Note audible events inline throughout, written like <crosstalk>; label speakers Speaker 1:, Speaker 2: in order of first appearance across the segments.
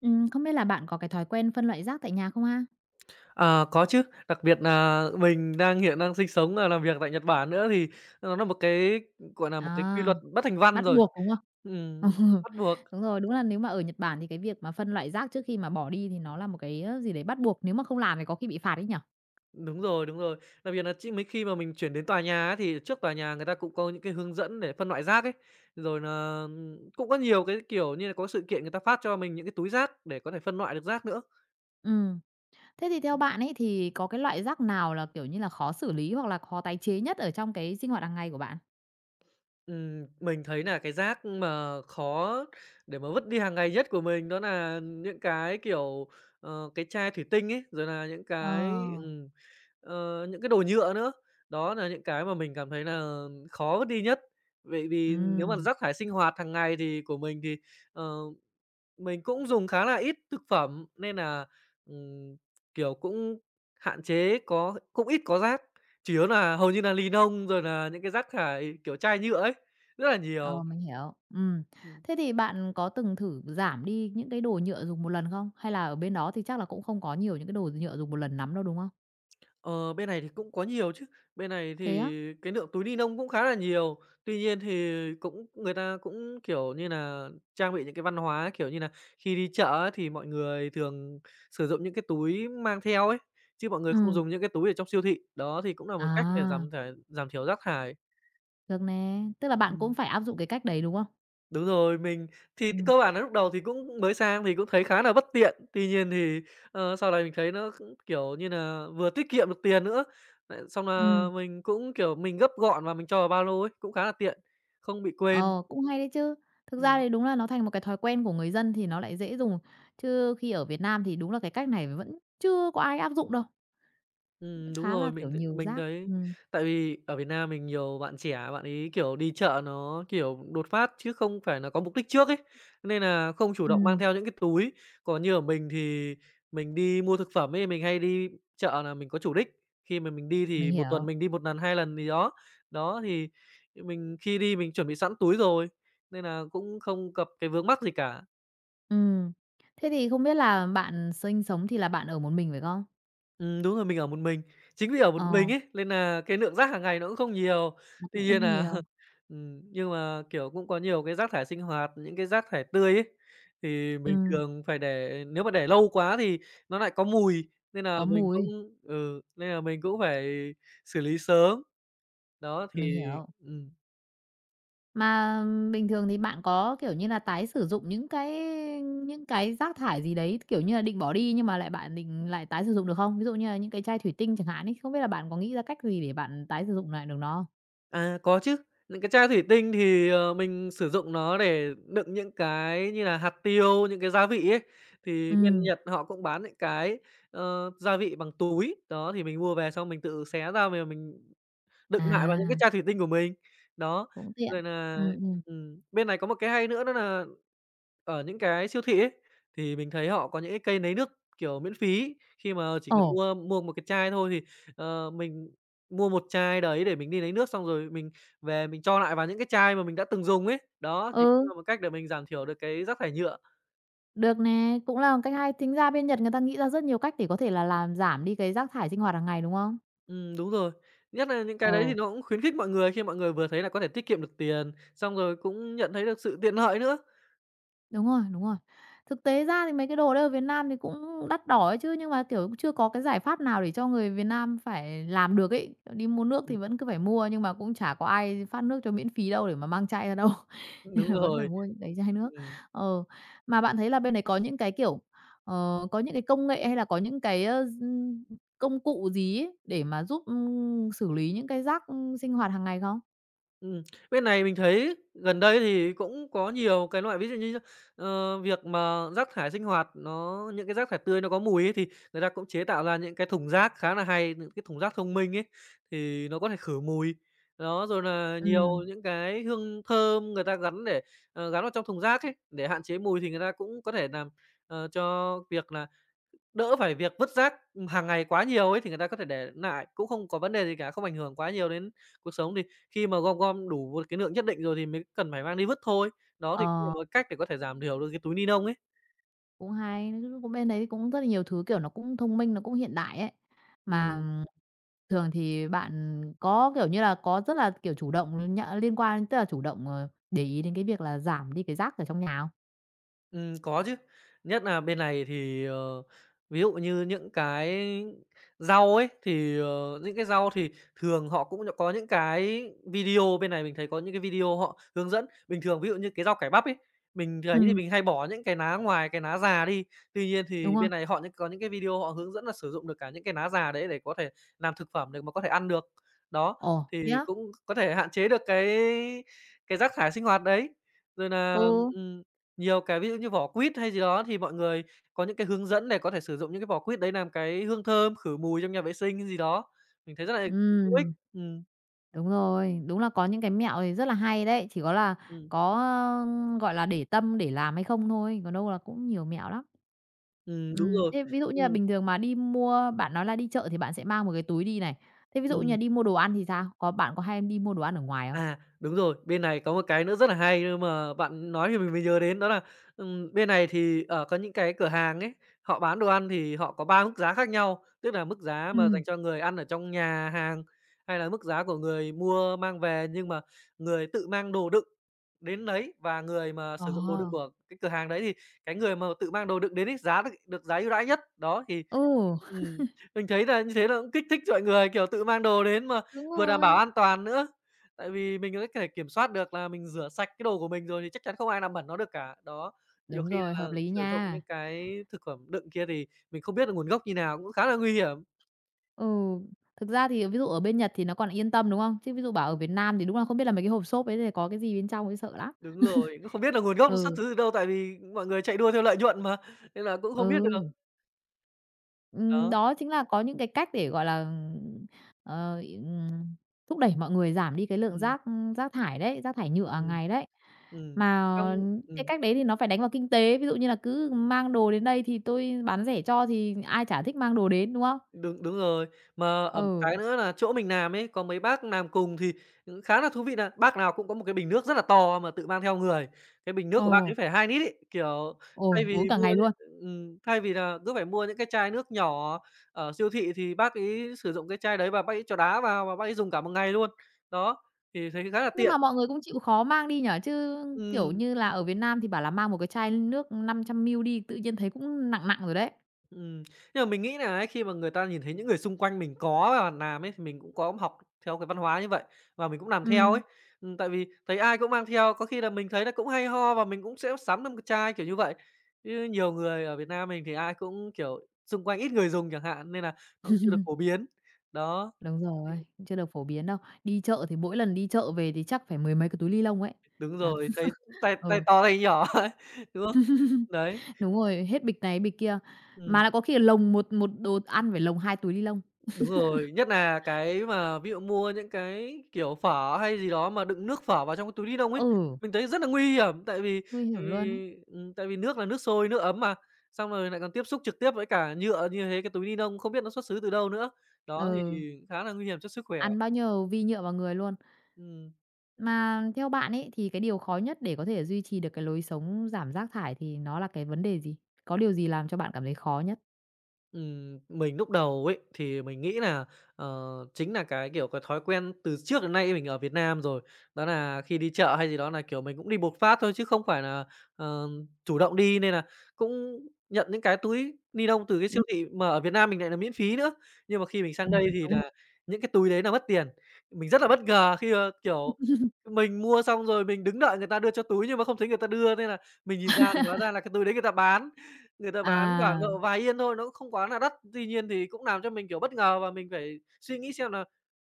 Speaker 1: Không biết là bạn có cái thói quen phân loại rác tại nhà không ha?
Speaker 2: Ờ, có chứ, đặc biệt là mình hiện đang sinh sống và làm việc tại Nhật Bản nữa thì nó là một cái, gọi là một cái quy
Speaker 1: À,
Speaker 2: luật bất thành văn
Speaker 1: bắt
Speaker 2: rồi.
Speaker 1: buộc, đúng không?
Speaker 2: Ừm,
Speaker 1: <laughs> Ừ,
Speaker 2: Bắt buộc.
Speaker 1: đúng rồi, đúng là nếu mà ở Nhật Bản thì cái việc mà phân loại rác trước khi mà bỏ đi thì nó là một cái, gì đấy bắt buộc, nếu mà không làm thì có khi bị phạt đấy nhở?
Speaker 2: Đúng rồi, đúng rồi. Đặc biệt là chi mấy khi mà mình chuyển đến tòa nhà á, thì trước tòa nhà người ta cũng có những cái hướng dẫn để phân loại rác ấy. Rồi là cũng có nhiều cái, kiểu như là, có sự kiện người ta phát cho mình những cái túi rác để có thể phân loại được rác nữa.
Speaker 1: Ừm. Thế thì theo bạn ấy thì có cái loại rác nào là, kiểu như là, khó xử lý hoặc là khó tái chế nhất ở trong cái sinh hoạt hàng ngày của bạn?
Speaker 2: Mình thấy là cái rác mà khó để mà vứt đi hàng ngày nhất của mình đó là những cái, kiểu, cái chai thủy tinh ấy, rồi là những
Speaker 1: Ờ,
Speaker 2: cái những cái đồ nhựa nữa. Đó là những cái mà mình cảm thấy là khó vứt đi nhất. Vậy vì nếu mà
Speaker 1: ừm,
Speaker 2: rác thải sinh hoạt hàng ngày thì của mình thì, ờ mình cũng dùng khá là ít thực phẩm nên là ừm, kiểu, cũng hạn chế có cũng ít có rác, chủ yếu là hầu như là lì nông rồi là những cái rác thải, kiểu, chai nhựa ấy, rất là
Speaker 1: ờ,
Speaker 2: nhiều.
Speaker 1: mình hiểu. Ừm.
Speaker 2: Ừm.
Speaker 1: Thế thì bạn có từng thử giảm đi những cái đồ nhựa dùng một lần không? Hay là ở bên đó thì chắc là cũng không có nhiều những cái đồ nhựa dùng một lần lắm đâu, đúng không?
Speaker 2: Ờ, bên này thì cũng có nhiều chứ, bên này
Speaker 1: Thế á?
Speaker 2: thì cái lượng túi ni lông cũng khá là nhiều. Tuy nhiên thì cũng người ta cũng, kiểu như là, trang bị những cái văn hóa, kiểu như là khi đi chợ á thì mọi người thường sử dụng những cái túi mang theo ấy, chứ mọi người không
Speaker 1: Ừ.
Speaker 2: dùng những cái túi ở trong siêu thị. Đó, thì cũng là một cách để
Speaker 1: À,
Speaker 2: giảm thải giảm thiểu rác thải.
Speaker 1: được nè, tức là bạn cũng
Speaker 2: Ừm.
Speaker 1: phải áp dụng cái cách đấy, đúng không?
Speaker 2: Đúng rồi, mình thì
Speaker 1: Ừ.
Speaker 2: cơ bản là lúc đầu thì cũng mới sang thì cũng thấy khá là bất tiện. Tuy nhiên thì, sau này mình thấy nó cũng, kiểu như là, vừa tiết kiệm được tiền nữa, lại xong là
Speaker 1: ừ,
Speaker 2: mình cũng, kiểu, mình gấp gọn và mình cho vào ba lô ấy, cũng khá là tiện, không bị quên.
Speaker 1: ờ, Cũng hay đấy chứ. Thực ra
Speaker 2: Ừm.
Speaker 1: thì đúng là nó thành một cái thói quen của người dân thì nó lại dễ dùng, chứ khi ở Việt Nam thì đúng là cái cách này vẫn chưa có ai áp dụng đâu, vẫn
Speaker 2: Đúng
Speaker 1: khá là,
Speaker 2: rồi,
Speaker 1: kiểu,
Speaker 2: mình th
Speaker 1: nhiều
Speaker 2: mình
Speaker 1: rác.
Speaker 2: thấy
Speaker 1: Ừm.
Speaker 2: tại vì ở Việt Nam mình nhiều bạn trẻ, bạn ấy, kiểu, đi chợ nó, kiểu, đột phát chứ không phải là có mục đích trước ấy, nên là không chủ động mang
Speaker 1: ừm,
Speaker 2: theo những cái túi. Còn như ở mình thì mình đi mua thực phẩm ấy, mình hay đi chợ là mình có chủ đích, khi mà mình đi
Speaker 1: mình
Speaker 2: thì một
Speaker 1: hiểu.
Speaker 2: tuần mình đi một lần, 2 lần gì đó. Đó, thì mình khi đi mình chuẩn bị sẵn túi rồi, nên là cũng không gặp cái vướng mắc gì cả.
Speaker 1: Ừm. Thế thì không biết là bạn sinh sống thì là bạn ở một mình phải không?
Speaker 2: Đúng rồi, mình ở một mình. Chính vì ở một
Speaker 1: Ờ,
Speaker 2: mình ấy, nên nà cái lượng rác hàng ngày nó cũng không nhiều.
Speaker 1: nó
Speaker 2: Tuy
Speaker 1: cũng
Speaker 2: nhiên
Speaker 1: không
Speaker 2: nà
Speaker 1: nhiều.
Speaker 2: <laughs> nhưng mà, kiểu, cũng có nhiều cái rác thải sinh hoạt, những cái rác thải tươi ấy, thì mình
Speaker 1: Ừm,
Speaker 2: thường phải để nếu mà để lâu quá thì nó lại có mùi, nên nà
Speaker 1: có
Speaker 2: mình
Speaker 1: mùi,
Speaker 2: cũng ừ, nên là mình cũng phải xử lý sớm. Đó,
Speaker 1: mình
Speaker 2: thì
Speaker 1: hiểu.
Speaker 2: ừm.
Speaker 1: Mà bình thường thì bạn có, kiểu như là, tái sử dụng những cái rác thải gì đấy, kiểu như là, định bỏ đi nhưng mà lại bạn định lại tái sử dụng được không? Ví dụ như là những cái chai thủy tinh chẳng hạn ấy, không biết là bạn có nghĩ ra cách gì để bạn tái sử dụng lại được nó không?
Speaker 2: À, có chứ. Những cái chai thủy tinh thì, mình sử dụng nó để đựng những cái như là hạt tiêu, những cái gia vị ấy. Thì bên
Speaker 1: Ừm,
Speaker 2: Nhật họ cũng bán những cái, gia vị bằng túi, đó, thì mình mua về xong mình tự xé ra mà mình đựng lại vào những cái
Speaker 1: à,
Speaker 2: chai thủy tinh của mình. Đó,
Speaker 1: cũng tiện.
Speaker 2: rồi nà
Speaker 1: Ừm, ừm.
Speaker 2: bên này có một cái hay nữa đó nà ở những cái siêu thị ấy, thì mình thấy họ có những cái cây lấy nước, kiểu, miễn phí, khi mà chỉ cần
Speaker 1: Ồ,
Speaker 2: mua mua một cái chai thôi thì, mình mua một chai đấy để mình đi lấy nước xong rồi mình về mình cho lại vào những cái chai mà mình đã từng dùng ấy. Đó, thì cũng
Speaker 1: ừ,
Speaker 2: là một cách để mình giảm thiểu được cái rác thải nhựa.
Speaker 1: được nè, cũng là một cách hay. Tính ra bên Nhật người ta nghĩ ra rất nhiều cách để có thể là làm giảm đi cái rác thải sinh hoạt hàng ngày, đúng không?
Speaker 2: Đúng rồi. Nhất nà những cái đấy
Speaker 1: Ờ.
Speaker 2: thì nó cũng khuyến khích mọi người, khi mọi người vừa thấy là có thể tiết kiệm được tiền, xong rồi cũng nhận thấy được sự tiện lợi nữa.
Speaker 1: Đúng rồi, đúng rồi. Thực tế ra thì mấy cái đồ đây ở Việt Nam thì cũng đắt đỏ ấy chứ, nhưng mà, kiểu, chưa có cái giải pháp nào để cho người Việt Nam phải làm được ấy. Kiểu, đi mua nước thì vẫn cứ phải mua, nhưng mà cũng chả có ai phát nước cho miễn phí đâu để mà mang chai ra đâu, <laughs> nên
Speaker 2: Đúng
Speaker 1: là vẫn phải
Speaker 2: rồi.
Speaker 1: mua những cái chai nước.
Speaker 2: Ừm,
Speaker 1: Ờ, mà bạn thấy là bên đấy có những cái, kiểu, có những cái công nghệ hay là có những cái, ơ, d công cụ gì ấy để mà giúp, xử lý những cái rác, sinh hoạt hàng ngày không?
Speaker 2: ừm. Bên này mình thấy gần đây thì cũng có nhiều cái loại ví dụ như, việc mà rác thải sinh hoạt nó những cái rác thải tươi nó có mùi ấy, thì người ta cũng chế tạo ra những cái thùng rác khá là hay, những cái thùng rác thông minh ấy, thì nó có thể khử mùi. Đó, rồi là nhiều
Speaker 1: Ừm,
Speaker 2: những cái hương thơm người ta gắn để, gắn vào trong thùng rác ấy, để hạn chế mùi thì người ta cũng có thể làm, cho việc là đỡ phải việc vứt rác, hàng ngày quá nhiều ấy thì người ta có thể để lại cũng không có vấn đề gì cả, không ảnh hưởng quá nhiều đến cuộc sống. Thì khi mà gom gom đủ một cái lượng nhất định rồi thì mới cần phải mang đi vứt thôi. Đó thì cũng là
Speaker 1: ờ.
Speaker 2: một cách để có thể giảm thiểu được cái túi ni lông ấy.
Speaker 1: Cũng hay, nói cũng bên đấy cũng rất là nhiều thứ, kiểu, nó cũng thông minh, nó cũng hiện đại ấy. Mà
Speaker 2: Ừm.
Speaker 1: thường thì bạn có, kiểu như là, có rất là, kiểu, chủ động nh liên quan tức là chủ động, để ý đến cái việc là giảm đi cái rác ở trong nhà không?
Speaker 2: Có chứ. Nhất là bên này thì, ví dụ như những cái rau ấy, thì, những cái rau thì thường họ cũng có những cái video, bên này mình thấy có những cái video họ hướng dẫn. Bình thường ví dụ như cái rau cải bắp ấy, mình thấy thì
Speaker 1: Ừm.
Speaker 2: mình hay bỏ những cái lá ngoài cái lá già đi. Tuy nhiên
Speaker 1: Đúng
Speaker 2: thì
Speaker 1: không?
Speaker 2: bên này họ những có những cái video họ hướng dẫn là sử dụng được cả những cái lá già đấy để có thể làm thực phẩm được mà có thể ăn được. Đó,
Speaker 1: Ồ, thế
Speaker 2: thì
Speaker 1: á?
Speaker 2: cũng có thể hạn chế được cái rác thải sinh hoạt đấy. Rồi là
Speaker 1: Ừ,
Speaker 2: ừm, nhiều cái ví dụ như vỏ quýt hay gì đó thì mọi người có những cái hướng dẫn để có thể sử dụng những cái vỏ quýt đấy làm cái hương thơm, khử mùi trong nhà vệ sinh hay gì đó. Mình thấy rất là hữu ích.
Speaker 1: ừm.
Speaker 2: Ừm,
Speaker 1: Đúng rồi, đúng là có những cái mẹo thì rất là hay đấy, chỉ có là
Speaker 2: ừm,
Speaker 1: có, gọi là, để tâm để làm hay không thôi, còn đâu là cũng nhiều mẹo lắm.
Speaker 2: đúng rồi.
Speaker 1: Thế ví dụ như là
Speaker 2: Ừm,
Speaker 1: bình thường mà đi mua bạn nói là đi chợ thì bạn sẽ mang một cái túi đi này, thế ví dụ như là
Speaker 2: ừm.
Speaker 1: đi mua đồ ăn thì sao? Có bạn có hay đi mua đồ ăn ở ngoài không?
Speaker 2: À, đúng rồi, bên này có một cái nữa rất là hay nhưng mà bạn nói thì mình mới nhớ đến đó là, bên này thì, ở có những cái cửa hàng ấy, họ bán đồ ăn thì họ có 3 mức giá khác nhau, tức là mức giá mà
Speaker 1: Ừm.
Speaker 2: dành cho người ăn ở trong nhà hàng, hay là mức giá của người mua mang về nhưng mà người tự mang đồ đựng đến lấy và người mà
Speaker 1: Ờ,
Speaker 2: sử dụng đồ đựng của cái cửa hàng đấy thì cái người mà tự mang đồ đựng đến ấy giá được được giá ưu đãi nhất. Đó, thì
Speaker 1: ừ,
Speaker 2: ừm, mình thấy là như thế là cũng kích thích mọi người, kiểu, tự mang đồ đến mà
Speaker 1: đúng
Speaker 2: vừa đảm bảo
Speaker 1: rồi,
Speaker 2: an toàn nữa. Tại vì mình có thể kiểm soát được là mình rửa sạch cái đồ của mình rồi thì chắc chắn không ai làm bẩn nó được cả. Đó, nhiều
Speaker 1: đúng
Speaker 2: khi
Speaker 1: rồi,
Speaker 2: là
Speaker 1: hợp lý
Speaker 2: sử dụng
Speaker 1: nha.
Speaker 2: những cái thực phẩm đựng kia thì mình không biết được nguồn gốc như nào cũng khá là nguy hiểm.
Speaker 1: Ừ, thực ra thì ví dụ ở bên Nhật thì nó còn yên tâm, đúng không? Chứ ví dụ bảo ở Việt Nam thì đúng là không biết là mấy cái hộp xốp ấy thì có cái gì bên trong ấy sợ lắm.
Speaker 2: Đúng rồi, cũng không biết là nguồn gốc nó xuất
Speaker 1: Ừ,
Speaker 2: xứ từ đâu tại vì mọi người chạy đua theo lợi nhuận mà, nên là cũng không biết được.
Speaker 1: ừ.
Speaker 2: Đó,
Speaker 1: Đó chính là có những cái cách để, gọi là, ờ, ừm, thúc đẩy mọi người giảm đi cái lượng
Speaker 2: ừm,
Speaker 1: rác rác thải đấy, rác thải nhựa hàng
Speaker 2: ừm,
Speaker 1: ngày đấy.
Speaker 2: ừm,
Speaker 1: Mà
Speaker 2: xong
Speaker 1: cái
Speaker 2: ừm.
Speaker 1: cách đấy thì nó phải đánh vào kinh tế, ví dụ như là cứ mang đồ đến đây thì tôi bán rẻ cho thì ai chả thích mang đồ đến, đúng không?
Speaker 2: Đúng, đúng rồi. Mà, ừm.
Speaker 1: Ừ,
Speaker 2: Cái nữa là chỗ mình làm ấy, có mấy bác làm cùng thì, khá là thú vị nà bác nào cũng có một cái bình nước rất là to mà tự mang theo người. Cái bình nước
Speaker 1: ồ,
Speaker 2: của bác ấy phải 2 lít ấy, kiểu,
Speaker 1: ôi, uống cả ngày luôn.
Speaker 2: thay vì là cứ phải mua những cái chai nước nhỏ ở siêu thị thì bác ấy sử dụng cái chai đấy và bác ấy cho đá vào và bác ấy dùng cả một ngày luôn. Đó, thì thấy khá là
Speaker 1: Nhưng
Speaker 2: tiện.
Speaker 1: mà mọi người cũng chịu khó mang đi nhở chứ, kiểu
Speaker 2: Ừm.
Speaker 1: như là, ở Việt Nam thì bảo là mang một cái chai nước 500 ml đi, tự nhiên thấy cũng nặng nặng rồi đấy.
Speaker 2: Ừm, nhưng mà mình nghĩ là ấy, khi mà người ta nhìn thấy những người xung quanh mình có và làm ấy, thì mình cũng có học theo cái văn hóa như vậy và mình cũng làm theo
Speaker 1: Ừ.
Speaker 2: ấy. Tại vì thấy ai cũng mang theo, có khi là mình thấy là cũng hay ho và mình cũng sẽ sắm thêm cái chai, kiểu như vậy. Chứ nhiều người ở Việt Nam mình thì ai cũng, kiểu, xung quanh ít người dùng chẳng hạn, nên là nó cũng chưa được phổ biến. Đó,
Speaker 1: Đúng
Speaker 2: thì
Speaker 1: rồi, chưa được phổ biến đâu. Đi chợ thì mỗi lần đi chợ về thì chắc phải mười mấy cái túi ni lông ấy.
Speaker 2: đúng
Speaker 1: Đáng
Speaker 2: rồi, thấy
Speaker 1: <laughs>
Speaker 2: tay tay
Speaker 1: ừ,
Speaker 2: to tay nhỏ ấy, <laughs> đúng không? Đấy,
Speaker 1: đúng rồi, hết bịch này bịch kia,
Speaker 2: ừm.
Speaker 1: mà lại có khi là lồng một một đồ ăn phải lồng hai túi ni lông.
Speaker 2: Đúng rồi, nhất là cái mà ví dụ mua những cái, kiểu, phở hay gì đó mà đựng nước phở vào trong cái túi ni lông ấy,
Speaker 1: Ừ,
Speaker 2: mình thấy rất là nguy hiểm, tại vì
Speaker 1: nguy hiểm
Speaker 2: tại
Speaker 1: luôn ấy.
Speaker 2: vì, ừm, tại vì nước là nước sôi, nước ấm mà, xong rồi lại còn tiếp xúc trực tiếp với cả nhựa như thế, cái túi ni lông không biết nó xuất xứ từ đâu nữa. Đó, thì
Speaker 1: Ừ,
Speaker 2: khá là nguy hiểm cho sức khỏe.
Speaker 1: ăn bao nhiêu vi nhựa vào người luôn.
Speaker 2: Ừm.
Speaker 1: Mà theo bạn ấy thì cái điều khó nhất để có thể duy trì được cái lối sống giảm rác thải thì nó là cái vấn đề gì? Có điều gì làm cho bạn cảm thấy khó nhất?
Speaker 2: Mình lúc đầu ấy, thì mình nghĩ là chính là cái, kiểu, cái thói quen từ trước đến nay mình ở Việt Nam rồi. Đó là khi đi chợ hay gì đó là kiểu, mình cũng đi bột phát thôi chứ không phải là ờ, chủ động đi, nên là cũng nhận những cái túi ni lông từ cái siêu thị mà ở Việt Nam mình lại là miễn phí nữa. Nhưng mà khi mình sang đây thì
Speaker 1: Đúng rồi.
Speaker 2: là những cái túi đấy là mất tiền. Mình rất là bất ngờ khi mà, kiểu, mình mua xong rồi mình đứng đợi người ta đưa cho túi nhưng mà không thấy người ta đưa, nên là mình nhìn ra thì hóa ra là cái túi đấy người ta bán. Người ta bán khoảng
Speaker 1: À,
Speaker 2: độ vài Yên thôi, nó cũng không quá là đắt. Tuy nhiên thì cũng làm cho mình, kiểu, bất ngờ và mình phải suy nghĩ xem là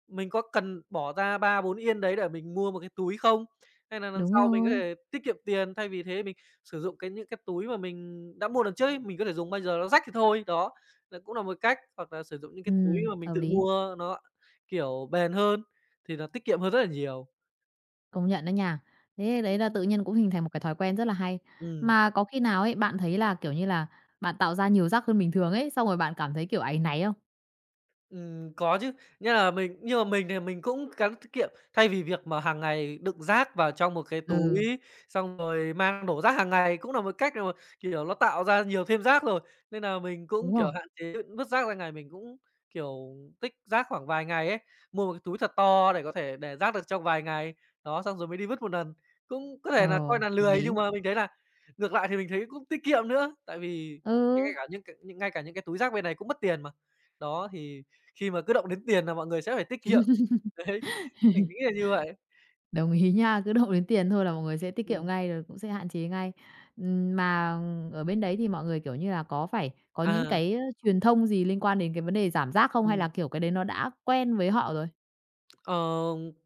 Speaker 2: mình có cần bỏ ra 3-4 Yên đấy để mình mua một cái túi không? Hay là lần
Speaker 1: đúng
Speaker 2: sau mình có
Speaker 1: rồi.
Speaker 2: thể tiết kiệm tiền, thay vì thế mình sử dụng cái những cái túi mà mình đã mua lần trước ấy, mình có thể dùng bây giờ nó rách thì thôi. Đó, là cũng là một cách, hoặc là sử dụng những cái túi mà mình
Speaker 1: Hợp
Speaker 2: tự
Speaker 1: lý.
Speaker 2: mua nó, kiểu, bền hơn thì nó tiết kiệm hơn rất là nhiều.
Speaker 1: Công nhận đó nha. Thế đấy là tự nhiên cũng hình thành một cái thói quen rất là hay.
Speaker 2: Ừm.
Speaker 1: Mà có khi nào ấy, bạn thấy là, kiểu như là, bạn tạo ra nhiều rác hơn bình thường ấy, xong rồi bạn cảm thấy, kiểu, áy náy không?
Speaker 2: Có chứ, nghĩa là mình nhưng mà mình thì mình cũng gắng tiết kiệm. Thay vì việc mà hàng ngày đựng rác vào trong một cái
Speaker 1: Ừ,
Speaker 2: túi, xong rồi mang đổ rác hàng ngày cũng là một cách mà, kiểu, nó tạo ra nhiều thêm rác rồi, nên là mình
Speaker 1: đúng
Speaker 2: cũng,
Speaker 1: rồi.
Speaker 2: kiểu, hạn chế vứt rác ra ngày. Mình cũng, kiểu, tích rác khoảng vài ngày ấy, mua một cái túi thật to để có thể để rác được trong vài ngày, đó, xong rồi mới đi vứt một lần. Cũng có
Speaker 1: Ờ,
Speaker 2: thể là coi là
Speaker 1: hợp
Speaker 2: lười, nhưng
Speaker 1: lý.
Speaker 2: mà mình thấy là ngược lại thì mình thấy cũng tiết kiệm nữa, tại vì ngay
Speaker 1: Ừ.
Speaker 2: cả những cái những ngay cả những cái túi rác bên này cũng mất tiền mà. Đó, thì khi mà cứ động đến tiền là mọi người sẽ phải tiết kiệm. <laughs> Đấy, mình nghĩ là
Speaker 1: <laughs>
Speaker 2: như vậy.
Speaker 1: Đồng ý nha, cứ động đến tiền thôi là mọi người sẽ tiết kiệm
Speaker 2: Ừm,
Speaker 1: ngay, rồi cũng sẽ hạn chế ngay. Mà ở bên đấy thì mọi người, kiểu như là, có phải có những
Speaker 2: à,
Speaker 1: cái truyền thông gì liên quan đến cái vấn đề giảm rác không? Hay
Speaker 2: ừm.
Speaker 1: là, kiểu, cái đấy nó đã quen với họ rồi?
Speaker 2: Ờ,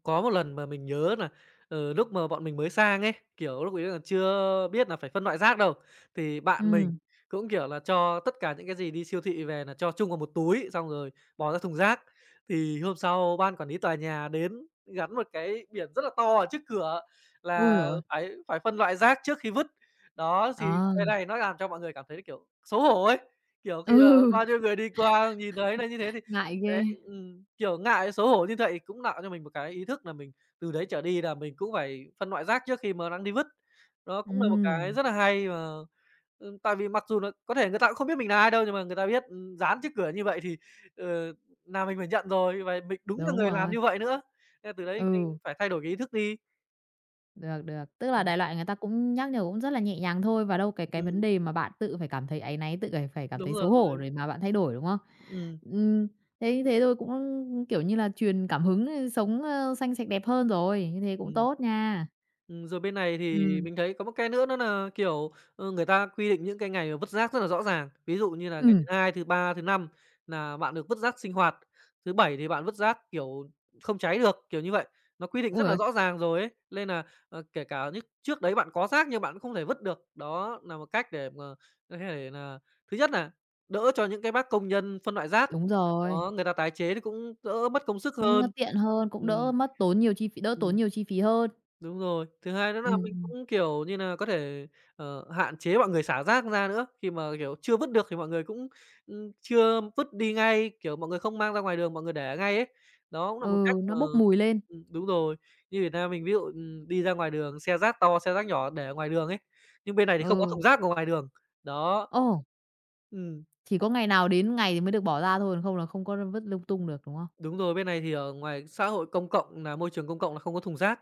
Speaker 2: có một lần mà mình nhớ là lúc mà bọn mình mới sang ấy, kiểu, lúc ấy là chưa biết là phải phân loại rác đâu, thì bạn mình
Speaker 1: Ừm.
Speaker 2: cũng, kiểu là, cho tất cả những cái gì đi siêu thị về là cho chung vào một túi, xong rồi bỏ ra thùng rác. Thì hôm sau ban quản lý tòa nhà đến gắn một cái biển rất là to ở trước cửa
Speaker 1: Ôi giời
Speaker 2: là
Speaker 1: ơi!
Speaker 2: phải phải phân loại rác trước khi vứt. Đó, thì
Speaker 1: Ờ.
Speaker 2: cái này nó làm cho mọi người cảm thấy, kiểu, xấu hổ ấy, kiểu, khi
Speaker 1: Ừ,
Speaker 2: mà bao nhiêu
Speaker 1: <laughs>
Speaker 2: người đi qua nhìn thấy nà như thế thì
Speaker 1: ngại ghê.
Speaker 2: Kiểu, ngại xấu hổ như vậy cũng tạo cho mình một cái ý thức là mình từ đấy trở đi là mình cũng phải phân loại rác trước khi mà đang đi vứt. Đó cũng là một cái
Speaker 1: Ừm,
Speaker 2: rất là hay mà, tại vì mặc dù là có thể người ta cũng không biết mình là ai đâu, nhưng mà người ta biết, dán trước cửa như vậy thì, ờ, là mình phải nhận rồi và mình đúng là
Speaker 1: đúng
Speaker 2: người làm
Speaker 1: rồi.
Speaker 2: như vậy nữa. Nên là từ đấy mình
Speaker 1: Ừ,
Speaker 2: phải thay đổi cái ý thức đi.
Speaker 1: được, được. Tức là
Speaker 2: Ừm,
Speaker 1: đại loại người ta cũng nhắc nhở cũng rất là nhẹ nhàng thôi và đâu cái vấn
Speaker 2: ừm,
Speaker 1: đề mà bạn tự phải cảm thấy áy náy, tự phải phải cảm
Speaker 2: đúng
Speaker 1: thấy
Speaker 2: rồi.
Speaker 1: xấu hổ rồi mà bạn thay đổi, đúng không?
Speaker 2: Ừm,
Speaker 1: Ừm, thế thế thôi cũng, kiểu như là, truyền cảm hứng, sống, xanh sạch đẹp hơn rồi, như thế cũng
Speaker 2: ừm.
Speaker 1: tốt nha.
Speaker 2: Rồi bên này thì
Speaker 1: Ừm,
Speaker 2: mình thấy có một cái nữa đó là kiểu, người ta quy định những cái ngày vứt rác rất là rõ ràng. Ví dụ như là ngày
Speaker 1: ừm,
Speaker 2: thứ Hai, thứ Ba, thứ Năm là bạn được vứt rác sinh hoạt, thứ Bảy thì bạn vứt rác, kiểu, không cháy được, kiểu như vậy. Nó quy định
Speaker 1: ôi
Speaker 2: rất
Speaker 1: giời
Speaker 2: là
Speaker 1: ơi,
Speaker 2: rõ ràng rồi ấy, lên nà, kể cả như trước đấy bạn có rác nhưng bạn cũng không thể vứt được. Đó là một cách để mà có thể nà thứ nhất là đỡ cho những cái bác công nhân phân loại rác,
Speaker 1: đúng rồi,
Speaker 2: đó, người ta tái chế thì cũng đỡ mất công sức
Speaker 1: nhưng nó
Speaker 2: hơn.
Speaker 1: tiện hơn, cũng
Speaker 2: Ừm.
Speaker 1: đỡ tốn
Speaker 2: Ừm.
Speaker 1: nhiều chi phí hơn.
Speaker 2: Đúng rồi. Thứ hai nữa là
Speaker 1: Ừm,
Speaker 2: mình
Speaker 1: ừm,
Speaker 2: cũng, kiểu như nà, có thể, hạn chế mọi người xả rác ra nữa. Khi mà, kiểu, chưa vứt được thì mọi người cũng, chưa vứt đi ngay, kiểu, mọi người không mang ra ngoài đường, mọi người để ngay ấy. Đó cũng là một
Speaker 1: ừ,
Speaker 2: cách
Speaker 1: nó bốc mùi lên,
Speaker 2: đúng rồi. Như Việt Nam mình ví dụ, đi ra ngoài đường, xe rác to, xe rác nhỏ để ở ngoài đường ấy, nhưng bên này thì không có
Speaker 1: ừ,
Speaker 2: thùng rác ở ngoài đường. Đó.
Speaker 1: ờ.
Speaker 2: Ừm,
Speaker 1: Chỉ có ngày nào đến ngày thì mới được bỏ ra thôi, còn không là không có vứt lung tung được, đúng không?
Speaker 2: đúng rồi. Bên này thì ở ngoài xã hội công cộng nà môi trường công cộng là không có thùng rác,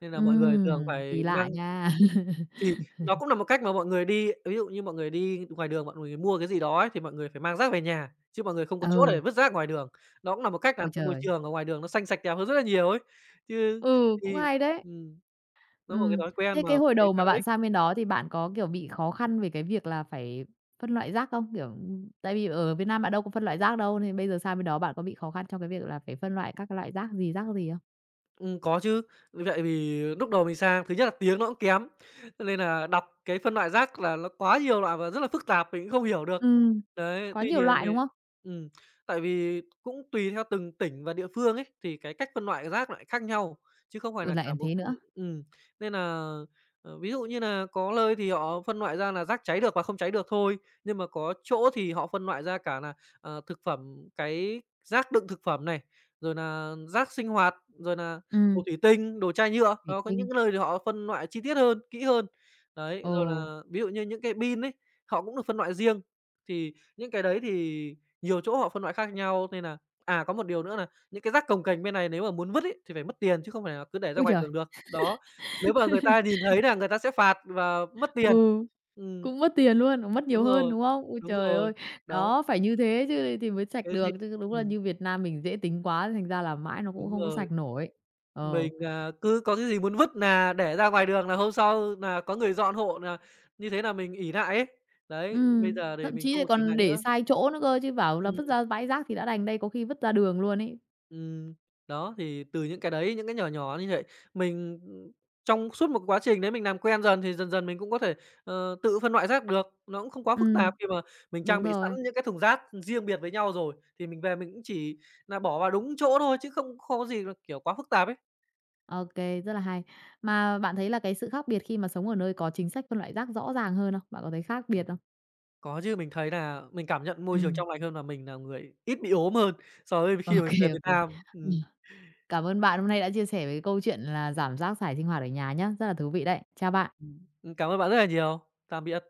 Speaker 2: nên là mọi người thường phải
Speaker 1: Kỳ lạ
Speaker 2: mang.
Speaker 1: nha. <laughs>
Speaker 2: Thì nó cũng là một cách mà mọi người đi ví dụ như mọi người đi ngoài đường, mọi người mua cái gì đó ấy, thì mọi người phải mang rác về nhà, chứ mọi người không có chỗ để
Speaker 1: Ừ,
Speaker 2: vứt rác ngoài đường. Nó cũng là một cách
Speaker 1: ôi
Speaker 2: làm cho môi
Speaker 1: trời!
Speaker 2: trường ở ngoài đường nó xanh sạch đẹp hơn rất là nhiều ấy. Chứ
Speaker 1: Ừ, cũng
Speaker 2: thì
Speaker 1: hay đấy.
Speaker 2: ừm, nó một cái
Speaker 1: Ừm,
Speaker 2: thói quen
Speaker 1: thế
Speaker 2: mà
Speaker 1: cái
Speaker 2: mình
Speaker 1: hồi
Speaker 2: thấy
Speaker 1: đầu
Speaker 2: khá
Speaker 1: mà
Speaker 2: là
Speaker 1: bạn
Speaker 2: ích.
Speaker 1: sang bên đó thì bạn có, kiểu, bị khó khăn về cái việc là phải phân loại rác không? Kiểu, tại vì ở Việt Nam bạn đâu có phân loại rác đâu, nên bây giờ sang bên đó bạn có bị khó khăn trong cái việc là phải phân loại các loại rác gì không?
Speaker 2: Có chứ. Vậy vì lúc đầu mình sang, thứ nhất là tiếng nó cũng kém, cho nên là đọc cái phân loại rác là nó quá nhiều loại và rất là phức tạp, mình cũng không hiểu được.
Speaker 1: Ừm,
Speaker 2: Đấy,
Speaker 1: có
Speaker 2: tuy
Speaker 1: nhiều
Speaker 2: nhiên
Speaker 1: loại,
Speaker 2: thì
Speaker 1: đúng không?
Speaker 2: ừm, tại vì cũng tùy theo từng tỉnh và địa phương ấy, thì cái cách phân loại rác lại khác nhau, chứ không phải
Speaker 1: Ôi,
Speaker 2: là
Speaker 1: lại
Speaker 2: cả
Speaker 1: còn
Speaker 2: một
Speaker 1: thế nữa.
Speaker 2: nên là ví dụ như là có nơi thì họ phân loại ra là rác cháy được và không cháy được thôi, nhưng mà có chỗ thì họ phân loại ra cả là thực phẩm cái rác đựng thực phẩm này, rồi là rác sinh hoạt, rồi là đồ
Speaker 1: Ừm,
Speaker 2: thủy tinh, đồ chai nhựa,
Speaker 1: thủy
Speaker 2: nó có
Speaker 1: tinh.
Speaker 2: những cái nơi thì họ phân loại chi tiết hơn, kỹ hơn. Đấy,
Speaker 1: Ồ.
Speaker 2: rồi là ví dụ như những cái pin ấy, họ cũng được phân loại riêng. Thì những cái đấy thì nhiều chỗ họ phân loại khác nhau nên là à, có một điều nữa là những cái rác cồng kềnh bên này nếu mà muốn vứt ấy, thì phải mất tiền chứ không phải là cứ để ra
Speaker 1: Ôi
Speaker 2: ngoài
Speaker 1: trời!
Speaker 2: đường được. Đó, nếu mà người ta nhìn thấy là người ta sẽ phạt và mất tiền.
Speaker 1: Ừ.
Speaker 2: Ừm,
Speaker 1: Cũng mất tiền luôn, cũng mất nhiều
Speaker 2: đúng
Speaker 1: hơn,
Speaker 2: rồi,
Speaker 1: đúng không? Ôi
Speaker 2: đúng
Speaker 1: trời
Speaker 2: rồi,
Speaker 1: ơi!
Speaker 2: đó,
Speaker 1: Đó, phải như thế chứ thì mới sạch
Speaker 2: cái gì
Speaker 1: được, chứ đúng là
Speaker 2: ừm,
Speaker 1: như Việt Nam mình dễ tính quá, thành ra là mãi nó cũng
Speaker 2: đúng
Speaker 1: không có
Speaker 2: rồi.
Speaker 1: sạch nổi. Ờ,
Speaker 2: Mình, à, cứ có cái gì muốn vứt là để ra ngoài đường là hôm sau là có người dọn hộ là như thế là mình ỷ lại ấy. Đấy, bây giờ thì
Speaker 1: thậm
Speaker 2: mình
Speaker 1: chí
Speaker 2: không
Speaker 1: lại
Speaker 2: còn ỷ
Speaker 1: còn
Speaker 2: lại
Speaker 1: để
Speaker 2: nữa.
Speaker 1: sai chỗ nữa cơ, chứ bảo là
Speaker 2: Ừm,
Speaker 1: vứt ra bãi rác thì đã đành, đây có khi vứt ra đường luôn ấy.
Speaker 2: ừm, đó, thì từ những cái đấy, những cái nhỏ nhỏ như vậy, mình, trong suốt một quá trình đấy mình làm quen dần thì dần dần mình cũng có thể, tự phân loại rác được, nó cũng không quá phức
Speaker 1: Ừm,
Speaker 2: tạp khi mà mình
Speaker 1: đúng
Speaker 2: trang bị sẵn
Speaker 1: rồi.
Speaker 2: những cái thùng rác riêng biệt với nhau rồi, thì mình về mình cũng chỉ là bỏ vào đúng chỗ thôi chứ không không có gì là, kiểu, quá phức tạp ấy.
Speaker 1: Ô kê, rất là hay. Mà bạn thấy là cái sự khác biệt khi mà sống ở nơi có chính sách phân loại rác rõ ràng hơn không? Bạn có thấy khác biệt không?
Speaker 2: Có chứ, mình thấy là mình cảm nhận môi trường
Speaker 1: Ừm,
Speaker 2: trong lành hơn và mình là người ít bị ốm hơn so với
Speaker 1: ô
Speaker 2: khi mà mình về
Speaker 1: kê, ô
Speaker 2: Việt
Speaker 1: kê.
Speaker 2: Nam.
Speaker 1: Ừm. Cảm ơn bạn hôm nay đã chia sẻ về cái câu chuyện là giảm rác thải sinh hoạt ở nhà nhé rất là thú vị đấy. Chào bạn.
Speaker 2: Ừm, cảm ơn bạn rất là nhiều. Tạm biệt.